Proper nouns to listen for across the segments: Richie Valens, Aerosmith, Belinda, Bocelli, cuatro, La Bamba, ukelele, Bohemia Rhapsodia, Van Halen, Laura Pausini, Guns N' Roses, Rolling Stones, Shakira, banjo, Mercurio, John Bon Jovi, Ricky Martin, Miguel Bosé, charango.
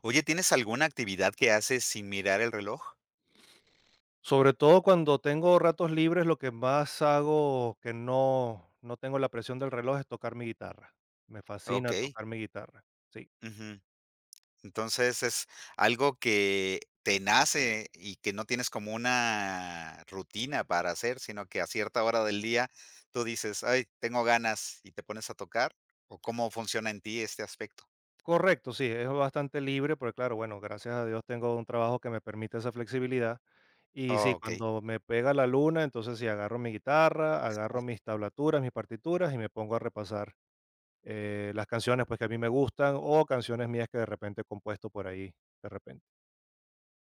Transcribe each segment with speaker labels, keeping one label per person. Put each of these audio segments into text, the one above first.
Speaker 1: Oye, ¿tienes alguna actividad que haces sin mirar el reloj?
Speaker 2: Sobre todo cuando tengo ratos libres, lo que más hago, que no tengo la presión del reloj, es tocar mi guitarra. Me fascina
Speaker 1: Okey,
Speaker 2: tocar mi guitarra. Sí,
Speaker 1: ujú. Entonces, es algo que te nace y que no tienes como una rutina para hacer, sino que a cierta hora del día tú dices: "Ay, tengo ganas", y te pones a tocar, ¿o cómo funciona en ti este aspecto?
Speaker 2: correcto, sí, es bastante libre, porque claro, bueno, gracias a Dios tengo un trabajo que me permite esa flexibilidad. Y sí,
Speaker 1: Okey,
Speaker 2: cuando me pega la luna, entonces sí, agarro mi guitarra, agarro mis tablaturas, mis partituras y me pongo a repasar, las canciones, pues, que a mí me gustan o canciones mías que de repente he compuesto por ahí, de repente.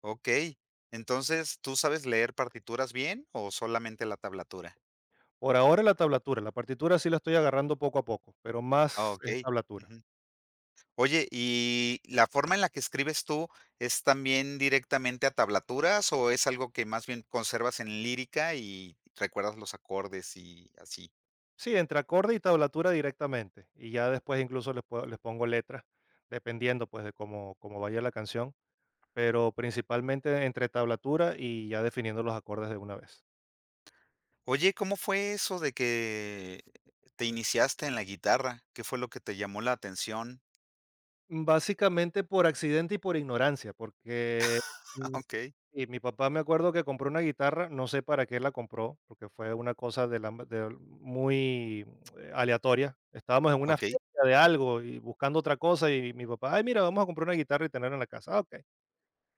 Speaker 1: okey. Entonces, ¿tú sabes leer partituras bien o solamente la tablatura?
Speaker 2: Por ahora la tablatura, la partitura sí la estoy agarrando poco a poco, pero más es
Speaker 1: Okey,
Speaker 2: tablatura.
Speaker 1: ujú. Oye, ¿y la forma en la que escribes tú es también directamente a tablaturas o es algo que más bien conservas en lírica y recuerdas los acordes y así?
Speaker 2: Sí, entre acorde y tablatura directamente, y ya después incluso les, puedo- les pongo letras, dependiendo pues de cómo, cómo vaya la canción, pero principalmente entre tablatura y ya definiendo los acordes de una vez.
Speaker 1: Oye, ¿cómo fue eso de que te iniciaste en la guitarra? ¿Qué fue lo que te llamó la atención?
Speaker 2: Básicamente por accidente y por ignorancia, porque.
Speaker 1: Ah, ok,
Speaker 2: Y mi papá, me acuerdo que compró una guitarra, no sé para qué la compró, porque fue una cosa muy aleatoria. Estábamos en una feria
Speaker 1: okey,
Speaker 2: de algo y buscando otra cosa y mi papá, ay, mira, vamos a comprar una guitarra y tenerla en la casa. Ah, ok.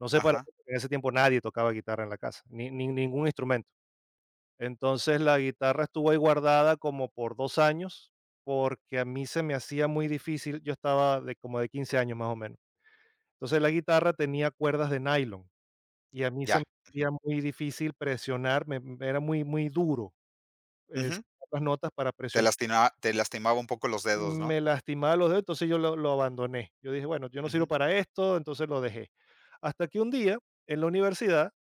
Speaker 2: No sé para
Speaker 1: ajá,
Speaker 2: qué, porque en ese tiempo nadie tocaba guitarra en la casa, ni ningún instrumento. Entonces la guitarra estuvo ahí guardada como por 2 años, porque a mí se me hacía muy difícil, yo estaba de como de 15 años más o menos. Entonces la guitarra tenía cuerdas de nylon y a mí se
Speaker 1: ya,
Speaker 2: me hacía
Speaker 1: ujú,
Speaker 2: muy difícil presionar, me era muy muy duro, sacar
Speaker 1: ujú,
Speaker 2: las notas para
Speaker 1: te
Speaker 2: presionar.
Speaker 1: lastima te lastimaba un poco los dedos, ¿no?
Speaker 2: Me lastimaba los dedos, entonces yo lo abandoné. Yo dije: "Bueno, yo no sirvo
Speaker 1: Ujú,
Speaker 2: para esto", entonces lo dejé. Hasta que un día, en la universidad,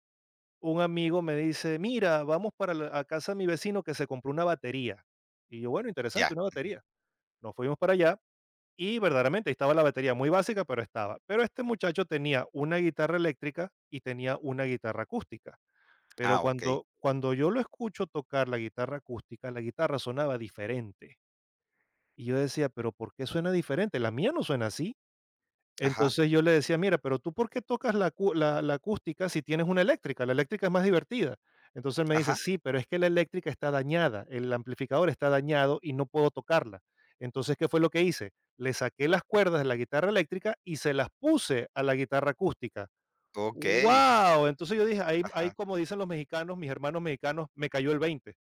Speaker 2: un amigo me dice: "Mira, vamos para la a casa de mi vecino que se compró una batería". Y yo: "Bueno, interesante,
Speaker 1: ya,
Speaker 2: una batería". Nos fuimos para allá y verdaderamente ahí estaba la batería, muy básica, pero estaba. Pero este muchacho tenía una guitarra eléctrica y tenía una guitarra acústica. Pero
Speaker 1: ah, ok.
Speaker 2: cuando yo lo escucho tocar la guitarra acústica, la guitarra sonaba diferente. Y yo decía: "¿Pero por qué suena diferente? La mía no suena así".
Speaker 1: Ajá,
Speaker 2: Entonces yo le decía: "Mira, pero tú, ¿por qué tocas la acústica si tienes una eléctrica? La eléctrica es más divertida". Entonces él me dice:
Speaker 1: ajá,
Speaker 2: "Sí, pero es que la eléctrica está dañada, el amplificador está dañado y no puedo tocarla". Entonces, ¿qué fue lo que hice? Le saqué las cuerdas de la guitarra eléctrica y se las puse a la guitarra acústica.
Speaker 1: ok.
Speaker 2: ¡Wow! Entonces yo dije, ahí, ahí
Speaker 1: Ajá,
Speaker 2: como dicen los mexicanos, mis hermanos mexicanos, me cayó el 20.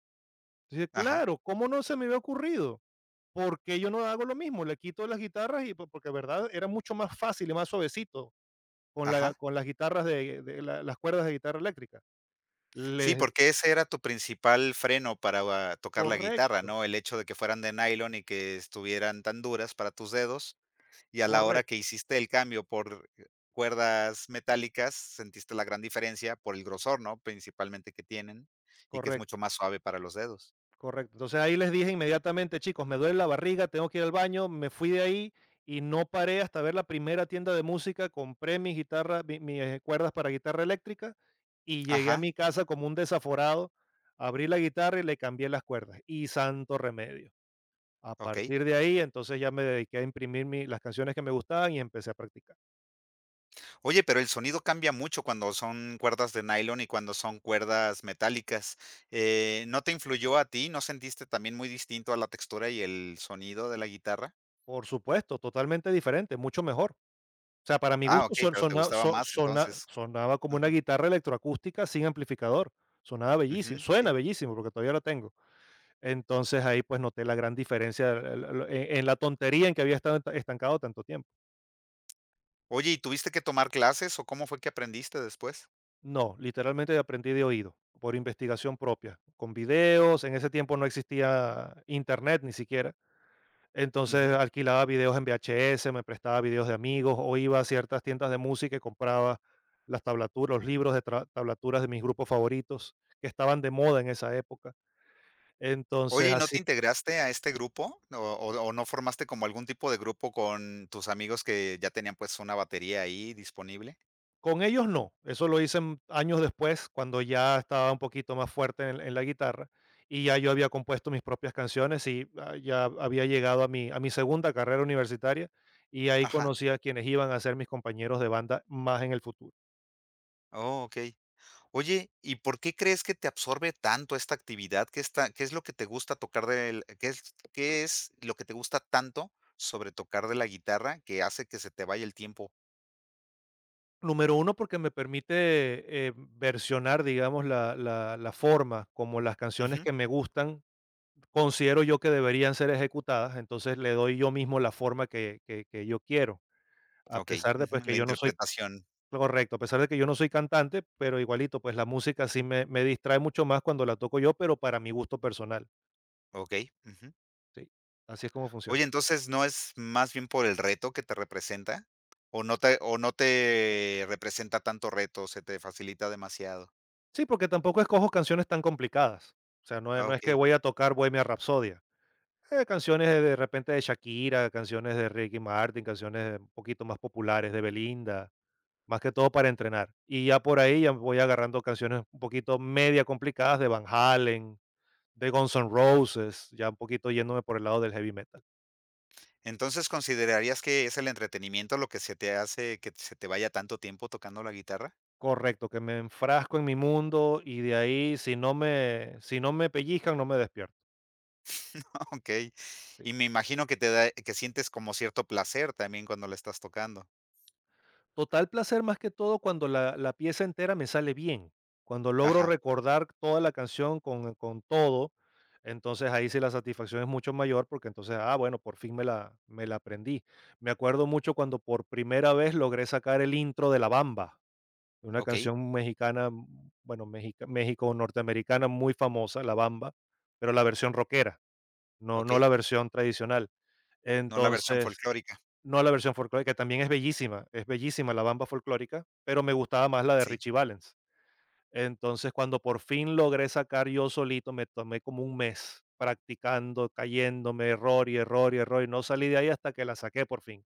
Speaker 2: Entonces,
Speaker 1: ajá,
Speaker 2: claro, ¿cómo no se me había ocurrido? Porque yo no hago lo mismo? Le quito las guitarras y porque, ¿verdad? Era mucho más fácil y más suavecito
Speaker 1: ajá.
Speaker 2: con las guitarras las cuerdas de guitarra eléctrica.
Speaker 1: Sí,
Speaker 2: Les,
Speaker 1: porque ese era tu principal freno para tocar la guitarra,
Speaker 2: Correcto,
Speaker 1: ¿no? El hecho de que fueran de nylon y que estuvieran tan duras para tus dedos, y a la hora que
Speaker 2: correcto,
Speaker 1: hiciste el cambio por cuerdas metálicas, sentiste la gran diferencia por el grosor, ¿no? Principalmente que tienen y que es mucho
Speaker 2: correcto.
Speaker 1: más suave para los dedos.
Speaker 2: Correcto. Entonces ahí les dije inmediatamente, chicos, me duele la barriga, tengo que ir al baño, me fui de ahí y no paré hasta ver la primera tienda de música, compré mi guitarra, mis cuerdas para guitarra eléctrica y llegué a
Speaker 1: Ajá,
Speaker 2: mi casa como un desaforado, abrí la guitarra y le cambié las cuerdas y santo remedio. A
Speaker 1: okey.
Speaker 2: partir de ahí, entonces ya me dediqué a imprimir las canciones que me gustaban y empecé a practicar.
Speaker 1: Oye, pero el sonido cambia mucho cuando son cuerdas de nylon y cuando son cuerdas metálicas, ¿no te influyó a ti? ¿No sentiste también muy distinto a la textura y el sonido de la guitarra?
Speaker 2: Por supuesto, totalmente diferente, mucho mejor. Sea, para mi
Speaker 1: Ah,
Speaker 2: gusto
Speaker 1: okey, pero te gustaba más entonces.
Speaker 2: sonaba como una
Speaker 1: Ujú,
Speaker 2: guitarra electroacústica sin amplificador. Sonaba bellísimo,
Speaker 1: ujú,
Speaker 2: suena
Speaker 1: sí.
Speaker 2: bellísimo, porque todavía lo tengo. Entonces, ahí, pues, noté la gran diferencia el en la tontería en que había estado estancado tanto tiempo.
Speaker 1: Oye, ¿y tuviste que tomar clases o cómo fue que aprendiste después?
Speaker 2: No, literalmente aprendí de oído, por investigación propia, con videos. En ese tiempo no existía Internet ni siquiera. Entonces
Speaker 1: Ujú.
Speaker 2: alquilaba videos en VHS, me prestaba videos de amigos o iba a ciertas tiendas de música y compraba las tablaturas, los libros de tablaturas de mis grupos favoritos que estaban de moda en esa época.
Speaker 1: Oye,
Speaker 2: Entonces
Speaker 1: ¿y no
Speaker 2: así,
Speaker 1: te integraste a este grupo? ¿O no formaste como algún tipo de grupo con tus amigos que ya tenían, pues, una batería ahí disponible?
Speaker 2: con ellos no, eso lo hice años después cuando ya estaba un poquito más fuerte en la guitarra y ya yo había compuesto mis propias canciones y ah, ya había llegado a mi segunda carrera universitaria y ahí
Speaker 1: Ajá.
Speaker 2: conocí a quienes iban a ser mis compañeros de banda más en el futuro.
Speaker 1: Oh, okey. Oye, ¿y por qué crees que te absorbe tanto esta actividad? ¿Qué está qué es lo que te gusta tocar del qué es lo que te gusta tanto sobre tocar de la guitarra que hace que se te vaya el tiempo?
Speaker 2: Número uno porque me permite, versionar, digamos, la forma como las canciones que me gustan, considero yo que deberían ser ejecutadas, entonces le doy yo mismo la forma que yo quiero, a
Speaker 1: Okey,
Speaker 2: pesar de, pues,
Speaker 1: ujú,
Speaker 2: que
Speaker 1: la
Speaker 2: yo no soy
Speaker 1: interpretación,
Speaker 2: correcto, a pesar de que yo no soy cantante, pero igualito, pues, la música sí me distrae mucho más cuando la toco yo, pero para mi gusto personal,
Speaker 1: okey, ujú.
Speaker 2: sí, así es como funciona.
Speaker 1: Oye, entonces, ¿no es más bien por el reto que te representa? ¿O no te representa tanto reto, se te facilita demasiado?
Speaker 2: Sí, porque tampoco escojo canciones tan complicadas, o sea, no es
Speaker 1: Ah,
Speaker 2: no es que
Speaker 1: okey.
Speaker 2: voy a tocar Bohemia Rhapsodia. Canciones de repente de Shakira, canciones de Ricky Martin, canciones un poquito más populares de Belinda, más que todo para entrenar. Y ya por ahí ya voy agarrando canciones un poquito media complicadas de Van Halen, de Guns N' Roses, ya un poquito yéndome por el lado del heavy metal.
Speaker 1: Entonces, ¿considerarías que es el entretenimiento lo que se te hace que se te vaya tanto tiempo tocando la guitarra?
Speaker 2: Correcto, que me enfrasco en mi mundo y de ahí si no me pellizcan no me despierto.
Speaker 1: Okey. Y me imagino que te da que sientes como cierto placer también cuando la estás tocando.
Speaker 2: Total placer más que todo cuando la pieza entera me sale bien, cuando logro
Speaker 1: Ajá,
Speaker 2: recordar toda la canción con todo, entonces ahí sí la satisfacción es mucho mayor porque entonces, ah, bueno, por fin me la aprendí. Me acuerdo mucho cuando por primera vez logré sacar el intro de La Bamba, una
Speaker 1: okey,
Speaker 2: canción mexicana, bueno, mexica México norteamericana muy famosa, La Bamba, pero la versión rockera, no
Speaker 1: okey.
Speaker 2: la versión tradicional.
Speaker 1: No la versión
Speaker 2: Entonces
Speaker 1: folclórica.
Speaker 2: no la versión folclórica, que también es bellísima la bamba folclórica, pero me gustaba más la de
Speaker 1: Sí,
Speaker 2: Richie Valens. Entonces, cuando por fin logré sacar yo solito, me tomé como un mes practicando, cayéndome, error y error y error, y no salí de ahí hasta que la saqué por fin.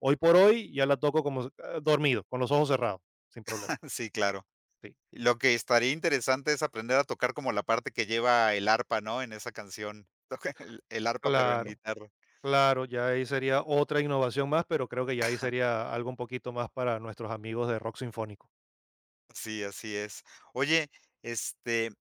Speaker 2: Hoy por hoy ya la toco como dormido, con los ojos cerrados, sin problema.
Speaker 1: sí, claro.
Speaker 2: Sí.
Speaker 1: Lo que estaría interesante es aprender a tocar como la parte que lleva el arpa, ¿no? En esa canción. Toca el arpa, pero en
Speaker 2: Claro,
Speaker 1: guitarra.
Speaker 2: claro, ya ahí sería otra innovación más, pero creo que ya ahí sería algo un poquito más para nuestros amigos de rock sinfónico.
Speaker 1: Sí, así es. Oye, este,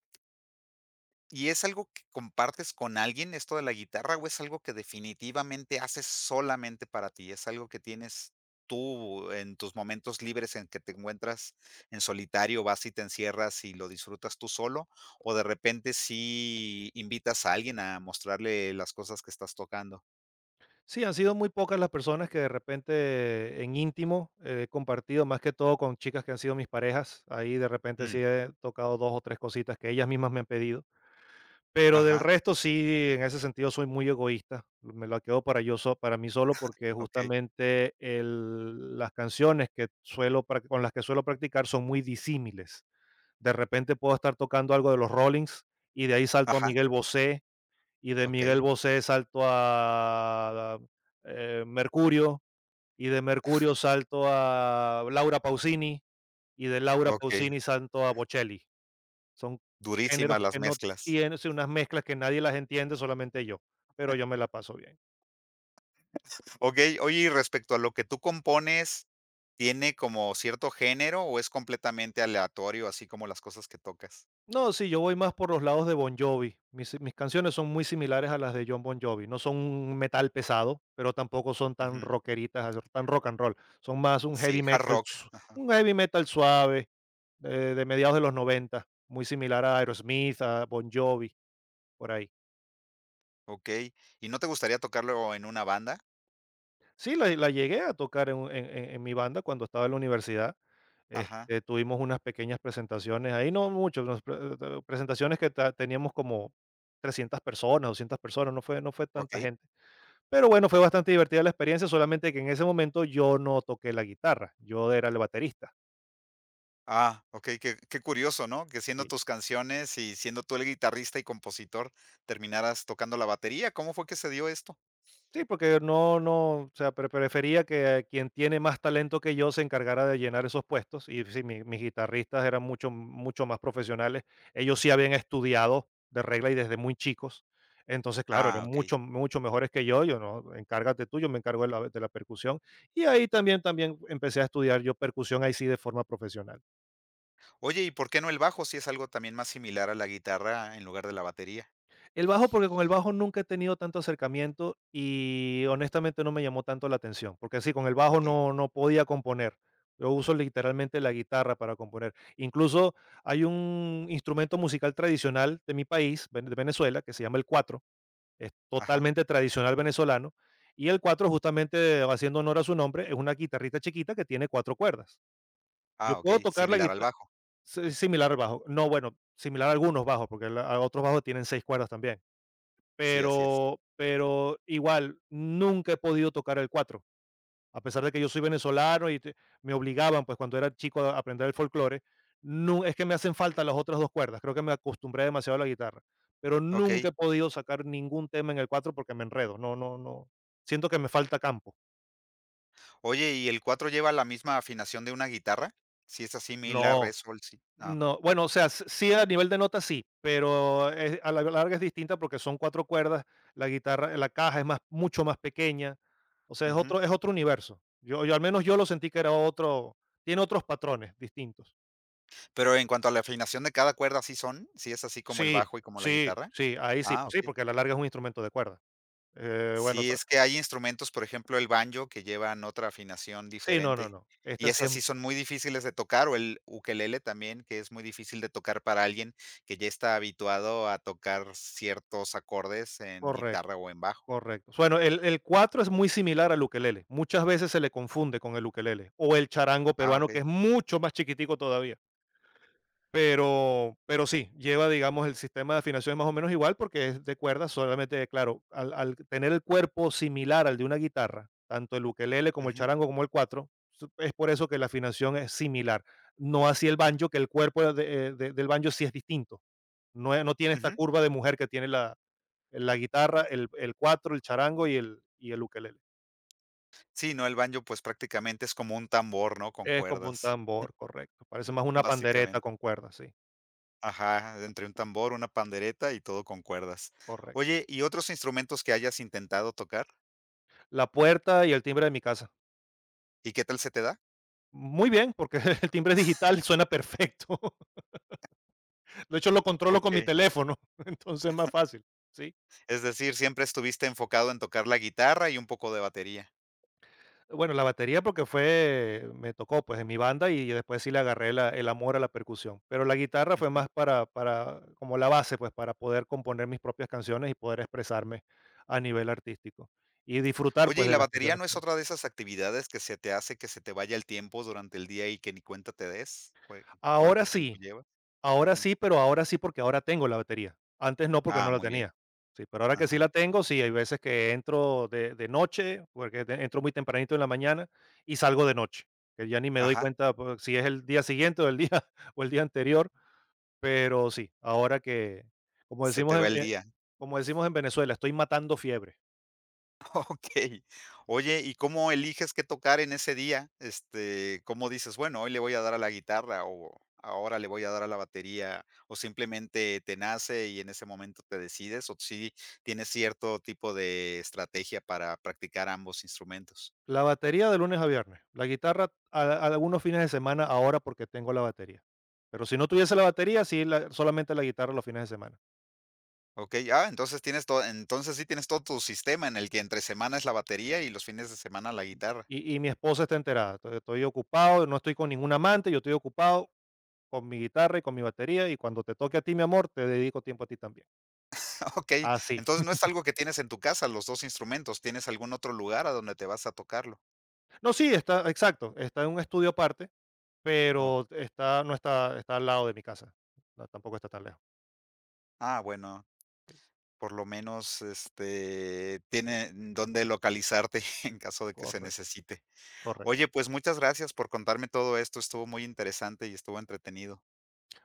Speaker 1: ¿y es algo que compartes con alguien esto de la guitarra, o es algo que definitivamente haces solamente para ti? ¿Es algo que tienes tú en tus momentos libres en que te encuentras en solitario, vas y te encierras y lo disfrutas tú solo? ¿O de repente sí invitas a alguien a mostrarle las cosas que estás tocando?
Speaker 2: Sí, han sido muy pocas las personas que de repente en íntimo he compartido, más que todo con chicas que han sido mis parejas. Ahí de repente sí
Speaker 1: Mm,
Speaker 2: he tocado dos o tres cositas que ellas mismas me han pedido. Pero del
Speaker 1: ajá.
Speaker 2: resto sí, en ese sentido soy muy egoísta. Me lo quedo para yo para mí solo porque
Speaker 1: Okey.
Speaker 2: justamente las canciones que suelo con las que suelo practicar son muy disímiles. De repente puedo estar tocando algo de los Rollings y de ahí salto a
Speaker 1: Ajá.
Speaker 2: Miguel Bosé y de Miguel
Speaker 1: Okey,
Speaker 2: Bosé salto a, Mercurio, y de Mercurio salto a Laura Pausini, y de Laura
Speaker 1: okey.
Speaker 2: Pausini salto a Bocelli. Son géneros
Speaker 1: Durísimas las
Speaker 2: que no
Speaker 1: mezclas.
Speaker 2: tienen, sí, unas mezclas que nadie las entiende, solamente yo, pero yo me la paso bien.
Speaker 1: Okey, oye, y respecto a lo que tú compones, ¿tiene como cierto género o es completamente aleatorio, así como las cosas que tocas?
Speaker 2: No, sí, yo voy más por los lados de Bon Jovi. Mis canciones son muy similares a las de John Bon Jovi. No son un metal pesado, pero tampoco son tan
Speaker 1: Ujú.
Speaker 2: rockeritas, tan rock and roll. Son más un heavy
Speaker 1: Sí, hard
Speaker 2: metal,
Speaker 1: rock,
Speaker 2: un heavy metal suave, de mediados de los 90 muy similar a Aerosmith, a Bon Jovi, por ahí.
Speaker 1: okey. ¿Y no te gustaría tocarlo en una banda?
Speaker 2: Sí, la llegué a tocar en en mi banda cuando estaba en la universidad,
Speaker 1: Ajá,
Speaker 2: este, tuvimos unas pequeñas presentaciones ahí, no mucho, nos pre presentaciones que ta teníamos como 300 personas, 200 personas, no fue tanta
Speaker 1: okey.
Speaker 2: gente. Pero bueno, fue bastante divertida la experiencia, solamente que en ese momento yo no toqué la guitarra, yo era el baterista.
Speaker 1: Ah, okey, qué qué curioso, ¿no? Que siendo
Speaker 2: Sí.
Speaker 1: tus canciones y siendo tú el guitarrista y compositor, terminaras tocando la batería, ¿cómo fue que se dio esto?
Speaker 2: Sí, porque no no, o sea, prefería que quien tiene más talento que yo se encargara de llenar esos puestos, y sí, mi mis guitarristas eran mucho mucho más profesionales. Ellos sí habían estudiado de regla y desde muy chicos. Entonces, claro, eran
Speaker 1: Ah, okey.
Speaker 2: mucho mucho mejores que yo. Yo no, encárgate tú, yo me encargo de la percusión. Y ahí también empecé a estudiar yo percusión, ahí sí de forma profesional.
Speaker 1: Oye, ¿y por qué no el bajo, si es algo también más similar a la guitarra en lugar de la batería?
Speaker 2: El bajo, porque con el bajo nunca he tenido tanto acercamiento y honestamente no me llamó tanto la atención, porque sí, con el bajo
Speaker 1: Okey.
Speaker 2: no, no podía componer. Yo uso literalmente la guitarra para componer. Incluso hay un instrumento musical tradicional de mi país, de Venezuela, que se llama el cuatro. Es
Speaker 1: Ajá.
Speaker 2: totalmente tradicional venezolano. Y el cuatro, justamente haciendo honor a su nombre, es una guitarrita chiquita que tiene cuatro cuerdas. Yo
Speaker 1: Ah,
Speaker 2: puedo
Speaker 1: okey,
Speaker 2: tocar la
Speaker 1: similar al
Speaker 2: guitarra
Speaker 1: bajo.
Speaker 2: similar al bajo. No, bueno, similar a algunos bajos, porque a otros bajos tienen seis cuerdas también,
Speaker 1: Sí, así es.
Speaker 2: pero igual, nunca he podido tocar el cuatro a pesar de que yo soy venezolano y te me obligaban, pues, cuando era chico a aprender el folclore, nu es que me hacen falta las otras 2 cuerdas, creo que me acostumbré demasiado a la guitarra, pero nunca
Speaker 1: Okey.
Speaker 2: he podido sacar ningún tema en el cuatro porque me enredo, no no no, siento que me falta campo.
Speaker 1: Oye, ¿y el 4 lleva la misma afinación de una guitarra? Si es así, mi, la, re,
Speaker 2: No.
Speaker 1: sol, si
Speaker 2: No, bueno, o sea, s sí a nivel de notas sí, pero, a la larga es distinta porque son cuatro cuerdas, la guitarra la caja es más mucho más pequeña, o sea, es
Speaker 1: ujú.
Speaker 2: otro es otro universo. Yo al menos yo lo sentí que era otro, tiene otros patrones distintos.
Speaker 1: Pero en cuanto a la afinación de cada cuerda, ¿sí son? ¿Sí es así como el
Speaker 2: Sí,
Speaker 1: bajo y como la
Speaker 2: sí,
Speaker 1: guitarra?
Speaker 2: sí, ahí sí,
Speaker 1: Ah,
Speaker 2: pues sí,
Speaker 1: okey.
Speaker 2: porque a la larga es un instrumento de cuerda. Bueno, o
Speaker 1: Sí,
Speaker 2: sea,
Speaker 1: es que hay instrumentos, por ejemplo, el banjo, que llevan otra afinación
Speaker 2: sí, no, no,
Speaker 1: diferente,
Speaker 2: no,
Speaker 1: y
Speaker 2: esta sí
Speaker 1: esas
Speaker 2: es
Speaker 1: sí son muy difíciles de tocar, o el ukelele también, que es muy difícil de tocar para alguien que ya está habituado a tocar ciertos acordes en
Speaker 2: correcto,
Speaker 1: guitarra o en bajo.
Speaker 2: correcto. Bueno, el cuatro es muy similar al ukelele, muchas veces se le confunde con el ukelele o el charango
Speaker 1: Ah,
Speaker 2: peruano, que
Speaker 1: okey.
Speaker 2: es mucho más chiquitico todavía. Pero sí, lleva, digamos, el sistema de afinación es más o menos igual porque es de cuerdas, solamente, claro, al tener el cuerpo similar al de una guitarra, tanto el ukelele como el
Speaker 1: Ujú,
Speaker 2: charango, como el cuatro, su es por eso que la afinación es similar. No así el banjo, que el cuerpo de del banjo sí es distinto. No es no tiene esta
Speaker 1: ujú.
Speaker 2: curva de mujer que tiene la guitarra, el cuatro, el charango y el ukelele.
Speaker 1: Sí, no, el banjo, pues, prácticamente es como un tambor, ¿no?, con
Speaker 2: Es como un
Speaker 1: cuerdas,
Speaker 2: tambor, correcto. Parece más una pandereta
Speaker 1: básicamente.
Speaker 2: con cuerdas, sí,
Speaker 1: Ajá, entre un tambor, una pandereta y todo con cuerdas.
Speaker 2: correcto.
Speaker 1: Oye, ¿y otros instrumentos que hayas intentado tocar?
Speaker 2: La puerta y el timbre de mi casa.
Speaker 1: ¿Y qué tal se te da?
Speaker 2: Muy bien, porque el timbre digital suena perfecto. De hecho, lo controlo con mi
Speaker 1: Okey.
Speaker 2: teléfono, entonces es más fácil, sí.
Speaker 1: Es decir, siempre estuviste enfocado en tocar la guitarra y un poco de batería.
Speaker 2: Bueno, la batería porque fue me tocó, pues, en mi banda y después sí le agarré la el amor a la percusión, pero la guitarra fue
Speaker 1: Ujú.
Speaker 2: más para como la base, pues, para poder componer mis propias canciones y poder expresarme a nivel artístico y disfrutar,
Speaker 1: Oye,
Speaker 2: pues,
Speaker 1: ¿y
Speaker 2: de
Speaker 1: la
Speaker 2: las
Speaker 1: batería
Speaker 2: canciones.
Speaker 1: no es
Speaker 2: También.
Speaker 1: otra de esas actividades que se te hace que se te vaya el tiempo durante el día y que ni cuenta te des? ¿Cue-
Speaker 2: Ahora
Speaker 1: ¿Cuánto tiempo
Speaker 2: sí.
Speaker 1: llevas?
Speaker 2: Ahora
Speaker 1: Ujú.
Speaker 2: sí, pero ahora sí, porque ahora tengo la batería. Antes no, porque no
Speaker 1: Ah,
Speaker 2: la
Speaker 1: muy bien.
Speaker 2: tenía. Sí, pero ahora que sí la
Speaker 1: Ajá.
Speaker 2: tengo, sí, hay veces que entro de noche, porque entro muy tempranito en la mañana y salgo de noche, que ya ni me doy
Speaker 1: Ajá.
Speaker 2: cuenta pues, si es el día siguiente o el día, o el día anterior, pero sí, ahora que, como
Speaker 1: Se te
Speaker 2: decimos en,
Speaker 1: va el
Speaker 2: eh,
Speaker 1: día.
Speaker 2: como decimos en Venezuela, estoy matando fiebre.
Speaker 1: Okey. Oye, ¿y cómo eliges qué tocar en ese día? Este, ¿cómo dices: "Bueno, hoy le voy a dar a la guitarra", o "Ahora le voy a dar a la batería", o simplemente te nace y en ese momento te decides, o si tienes cierto tipo de estrategia para practicar ambos instrumentos?
Speaker 2: La batería de lunes a viernes, la guitarra a algunos fines de semana ahora porque tengo la batería. Pero si no tuviese la batería, sí, solamente la guitarra los fines de semana.
Speaker 1: Okey, ah, entonces tienes todo entonces sí tienes todo tu sistema en el que entre semana es la batería y los fines de semana la guitarra.
Speaker 2: Y mi esposa está enterada. Estoy ocupado, no estoy con ningún amante, yo estoy ocupado con mi guitarra y con mi batería, y cuando te toque a ti, mi amor, te dedico tiempo a ti también.
Speaker 1: Okey,
Speaker 2: Así.
Speaker 1: entonces no es algo que tienes en tu casa, los 2 instrumentos, ¿tienes algún otro lugar a donde te vas a tocarlo?
Speaker 2: No, sí, está exacto, está en un estudio aparte,
Speaker 1: Oh,
Speaker 2: pero está no está al lado de mi casa. No, tampoco está tan lejos.
Speaker 1: ah, bueno.
Speaker 2: Sí,
Speaker 1: Por lo menos, este, tiene dónde localizarte en caso de que se
Speaker 2: correcto,
Speaker 1: necesite.
Speaker 2: correcto.
Speaker 1: Oye, pues muchas gracias por contarme todo esto, estuvo muy interesante y estuvo entretenido.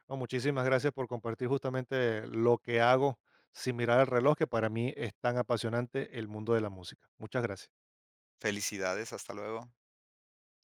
Speaker 2: No, muchísimas gracias por compartir justamente lo que hago sin mirar el reloj, que para mí es tan apasionante el mundo de la música. Muchas gracias.
Speaker 1: Felicidades, hasta luego.